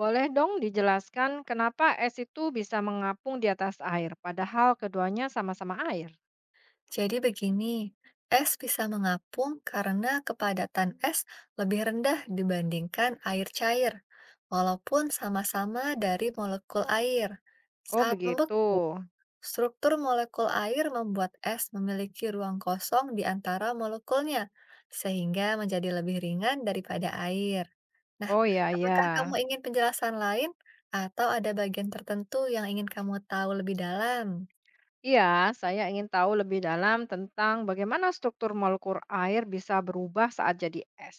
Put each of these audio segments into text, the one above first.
Boleh dong dijelaskan kenapa es itu bisa mengapung di atas air, padahal keduanya sama-sama air? Jadi begini, es bisa mengapung karena kepadatan es lebih rendah dibandingkan air cair, walaupun sama-sama dari molekul air. Oh, Saat begitu. membeku, struktur molekul air membuat es memiliki ruang kosong di antara molekulnya, sehingga menjadi lebih ringan daripada air. Nah, Oh ya, apakah kamu ya. ingin penjelasan lain, atau ada bagian tertentu yang ingin kamu tahu lebih dalam? Iya, saya ingin tahu lebih dalam tentang bagaimana struktur molekul air bisa berubah saat jadi es.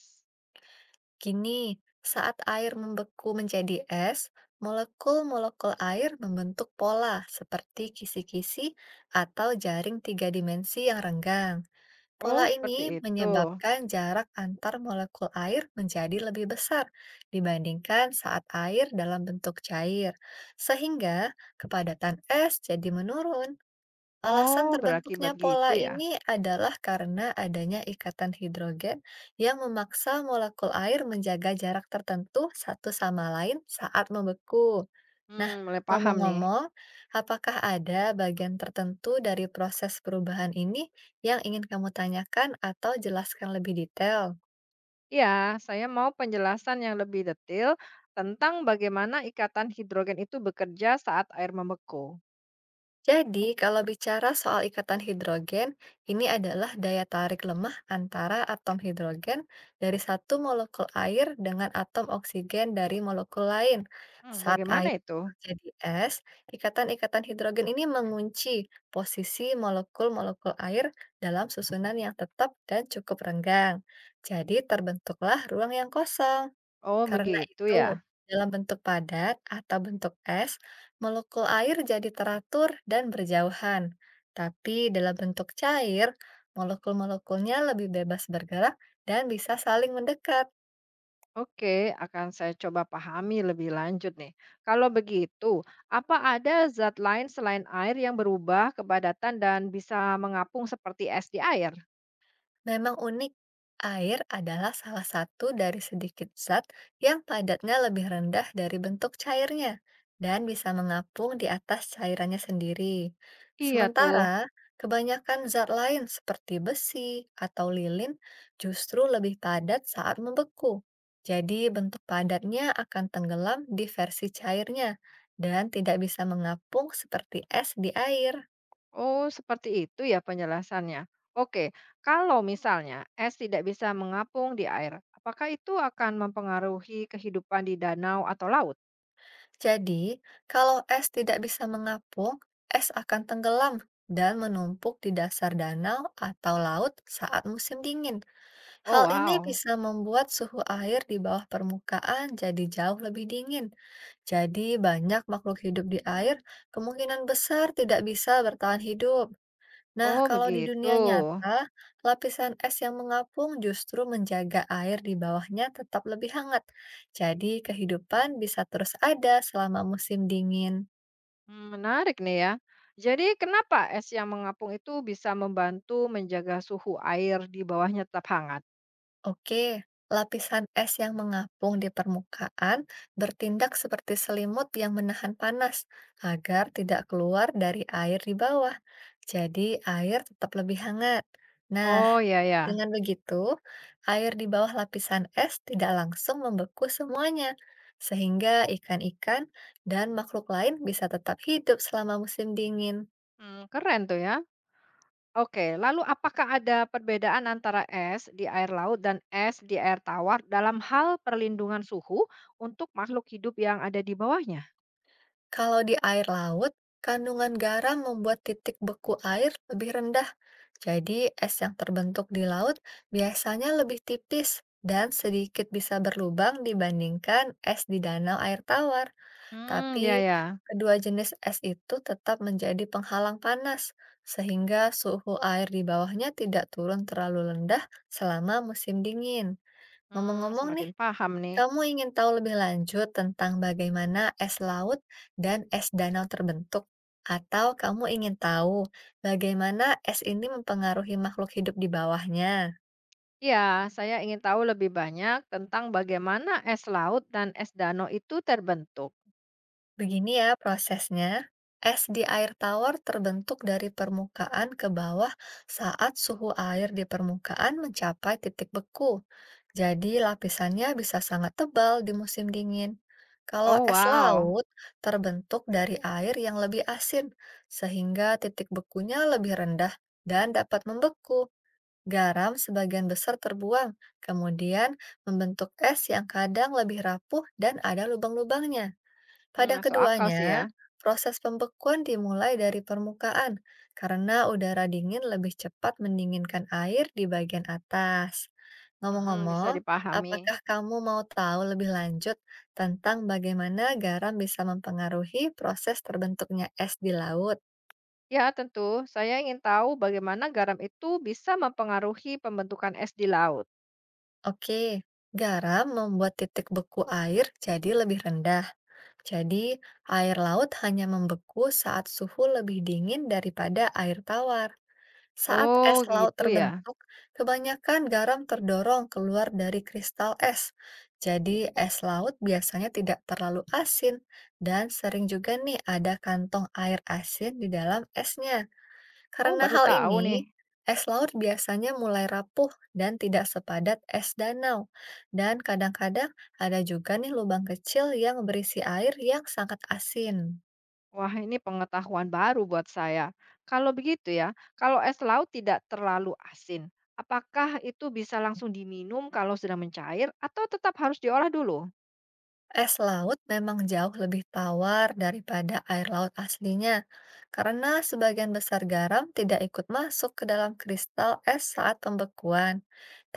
Gini, saat air membeku menjadi es, molekul-molekul air membentuk pola seperti kisi-kisi atau jaring tiga dimensi yang renggang. Oh, Pola seperti ini itu. menyebabkan jarak antar molekul air menjadi lebih besar dibandingkan saat air dalam bentuk cair, sehingga kepadatan es jadi menurun. Alasan Oh, terbentuknya berakibat pola gitu ya. ini adalah karena adanya ikatan hidrogen yang memaksa molekul air menjaga jarak tertentu satu sama lain saat membeku. Nah, Hmm, mulai paham nih. ngomong-ngomong, apakah ada bagian tertentu dari proses perubahan ini yang ingin kamu tanyakan atau jelaskan lebih detail? Iya, saya mau penjelasan yang lebih detail tentang bagaimana ikatan hidrogen itu bekerja saat air membeku. Jadi, kalau bicara soal ikatan hidrogen, ini adalah daya tarik lemah antara atom hidrogen dari satu molekul air dengan atom oksigen dari molekul lain. Hmm, Saat air bagaimana itu? menjadi es, ikatan-ikatan hidrogen ini mengunci posisi molekul-molekul air dalam susunan yang tetap dan cukup renggang. Jadi, terbentuklah ruang yang kosong. Oh, Karena begitu itu, ya. dalam bentuk padat atau bentuk es, molekul air jadi teratur dan berjauhan. Tapi dalam bentuk cair, molekul-molekulnya lebih bebas bergerak dan bisa saling mendekat. Oke, akan saya coba pahami lebih lanjut nih. Kalau begitu, apa ada zat lain selain air yang berubah kepadatan dan bisa mengapung seperti es di air? Memang unik, air adalah salah satu dari sedikit zat yang padatnya lebih rendah dari bentuk cairnya dan bisa mengapung di atas cairannya sendiri. Iya tuh. Sementara, kebanyakan zat lain seperti besi atau lilin justru lebih padat saat membeku. Jadi, bentuk padatnya akan tenggelam di versi cairnya dan tidak bisa mengapung seperti es di air. Oh, seperti itu ya penjelasannya. Oke, kalau misalnya es tidak bisa mengapung di air, apakah itu akan mempengaruhi kehidupan di danau atau laut? Jadi, kalau es tidak bisa mengapung, es akan tenggelam dan menumpuk di dasar danau atau laut saat musim dingin. Oh, Hal ini wow. bisa membuat suhu air di bawah permukaan jadi jauh lebih dingin. Jadi, banyak makhluk hidup di air kemungkinan besar tidak bisa bertahan hidup. Nah, Oh, kalau di begitu. dunia nyata, lapisan es yang mengapung justru menjaga air di bawahnya tetap lebih hangat. Jadi, kehidupan bisa terus ada selama musim dingin. Hmm, menarik nih ya. Jadi kenapa es yang mengapung itu bisa membantu menjaga suhu air di bawahnya tetap hangat? Oke, lapisan es yang mengapung di permukaan bertindak seperti selimut yang menahan panas agar tidak keluar dari air di bawah. Jadi, air tetap lebih hangat. Nah, Oh ya ya. dengan begitu, air di bawah lapisan es tidak langsung membeku semuanya, sehingga ikan-ikan dan makhluk lain bisa tetap hidup selama musim dingin. Hmm, keren tuh ya. Oke, lalu apakah ada perbedaan antara es di air laut dan es di air tawar dalam hal perlindungan suhu untuk makhluk hidup yang ada di bawahnya? Kalau di air laut, kandungan garam membuat titik beku air lebih rendah. Jadi, es yang terbentuk di laut biasanya lebih tipis dan sedikit bisa berlubang dibandingkan es di danau air tawar. Hmm, ya Tapi ya. kedua jenis es itu tetap menjadi penghalang panas, sehingga suhu air di bawahnya tidak turun terlalu rendah selama musim dingin. Hmm, Ngomong-ngomong nih, semakin paham nih. kamu ingin tahu lebih lanjut tentang bagaimana es laut dan es danau terbentuk? Atau kamu ingin tahu bagaimana es ini mempengaruhi makhluk hidup di bawahnya? Ya, saya ingin tahu lebih banyak tentang bagaimana es laut dan es danau itu terbentuk. Begini ya prosesnya, es di air tawar terbentuk dari permukaan ke bawah saat suhu air di permukaan mencapai titik beku. Jadi lapisannya bisa sangat tebal di musim dingin. Kalau Oh, es wow. laut terbentuk dari air yang lebih asin, sehingga titik bekunya lebih rendah dan dapat membeku. Garam sebagian besar terbuang, kemudian membentuk es yang kadang lebih rapuh dan ada lubang-lubangnya. Mmm, Pada masuk akal sih keduanya, ya, proses pembekuan dimulai dari permukaan karena udara dingin lebih cepat mendinginkan air di bagian atas. mhm, bisa Ngomong-ngomong, dipahami. apakah kamu mau tahu lebih lanjut tentang bagaimana garam bisa mempengaruhi proses terbentuknya es di laut? Ya tentu, saya ingin tahu bagaimana garam itu bisa mempengaruhi pembentukan es di laut. Oke, garam membuat titik beku air jadi lebih rendah. Jadi, air laut hanya membeku saat suhu lebih dingin daripada air tawar. Saat es Oh laut gitu ya, terbentuk, kebanyakan garam terdorong keluar dari kristal es. Jadi, es laut biasanya tidak terlalu asin dan sering juga nih ada kantong air asin di dalam esnya. oh Karena baru hal tahu ini, nih. es laut biasanya mulai rapuh dan tidak sepadat es danau. Dan kadang-kadang ada juga nih lubang kecil yang berisi air yang sangat asin. Wah ini pengetahuan baru buat saya. Kalau begitu ya, kalau es laut tidak terlalu asin, apakah itu bisa langsung diminum kalau sedang mencair atau tetap harus diolah dulu? Es laut memang jauh lebih tawar daripada air laut aslinya, karena sebagian besar garam tidak ikut masuk ke dalam kristal es saat pembekuan.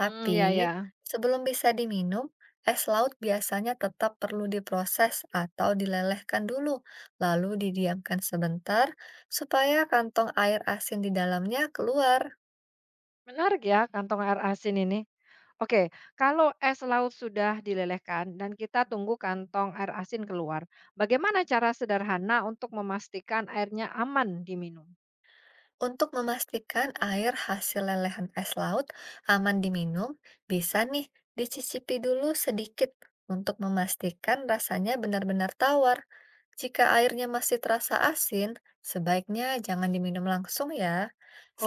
Hmm ya Tapi, ya, sebelum bisa diminum, es laut biasanya tetap perlu diproses atau dilelehkan dulu, lalu didiamkan sebentar supaya kantong air asin di dalamnya keluar. menarik ya kantong air asin ini. Oke, kalau es laut sudah dilelehkan dan kita tunggu kantong air asin keluar, bagaimana cara sederhana untuk memastikan airnya aman diminum? Untuk memastikan air hasil lelehan es laut aman diminum, bisa nih dicicipi dulu sedikit untuk memastikan rasanya benar-benar tawar. Jika airnya masih terasa asin, sebaiknya jangan diminum langsung ya.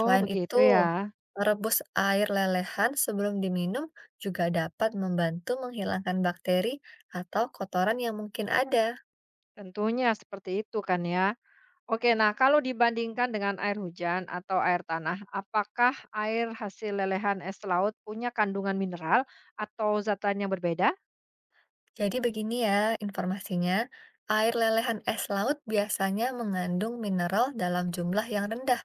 Oh, begitu itu, ya. merebus air lelehan sebelum diminum juga dapat membantu menghilangkan bakteri atau kotoran yang mungkin ada. Tentunya seperti itu kan ya. Oke, nah kalau dibandingkan dengan air hujan atau air tanah, apakah air hasil lelehan es laut punya kandungan mineral atau zat lain yang berbeda? Jadi begini ya informasinya, air lelehan es laut biasanya mengandung mineral dalam jumlah yang rendah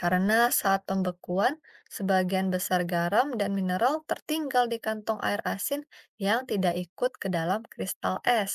karena saat pembekuan sebagian besar garam dan mineral tertinggal di kantong air asin yang tidak ikut ke dalam kristal es.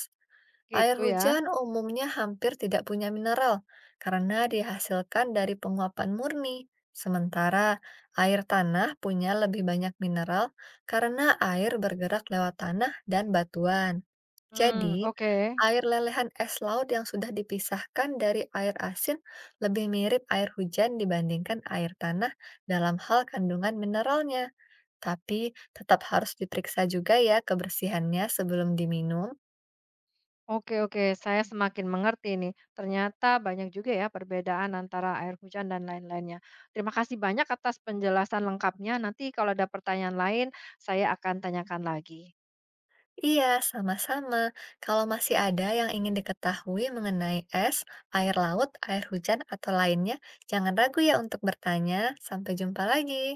Air Gitu ya. hujan umumnya hampir tidak punya mineral karena dihasilkan dari penguapan murni, sementara air tanah punya lebih banyak mineral karena air bergerak lewat tanah dan batuan. Hmm, Jadi, oke. air lelehan es laut yang sudah dipisahkan dari air asin lebih mirip air hujan dibandingkan air tanah dalam hal kandungan mineralnya. Tapi tetap harus diperiksa juga ya kebersihannya sebelum diminum. Oke oke, saya semakin mengerti nih. Ternyata banyak juga ya perbedaan antara air hujan dan lain-lainnya. Terima kasih banyak atas penjelasan lengkapnya. Nanti kalau ada pertanyaan lain, saya akan tanyakan lagi. Iya, sama-sama. Kalau masih ada yang ingin diketahui mengenai es, air laut, air hujan, atau lainnya, jangan ragu ya untuk bertanya. Sampai jumpa lagi.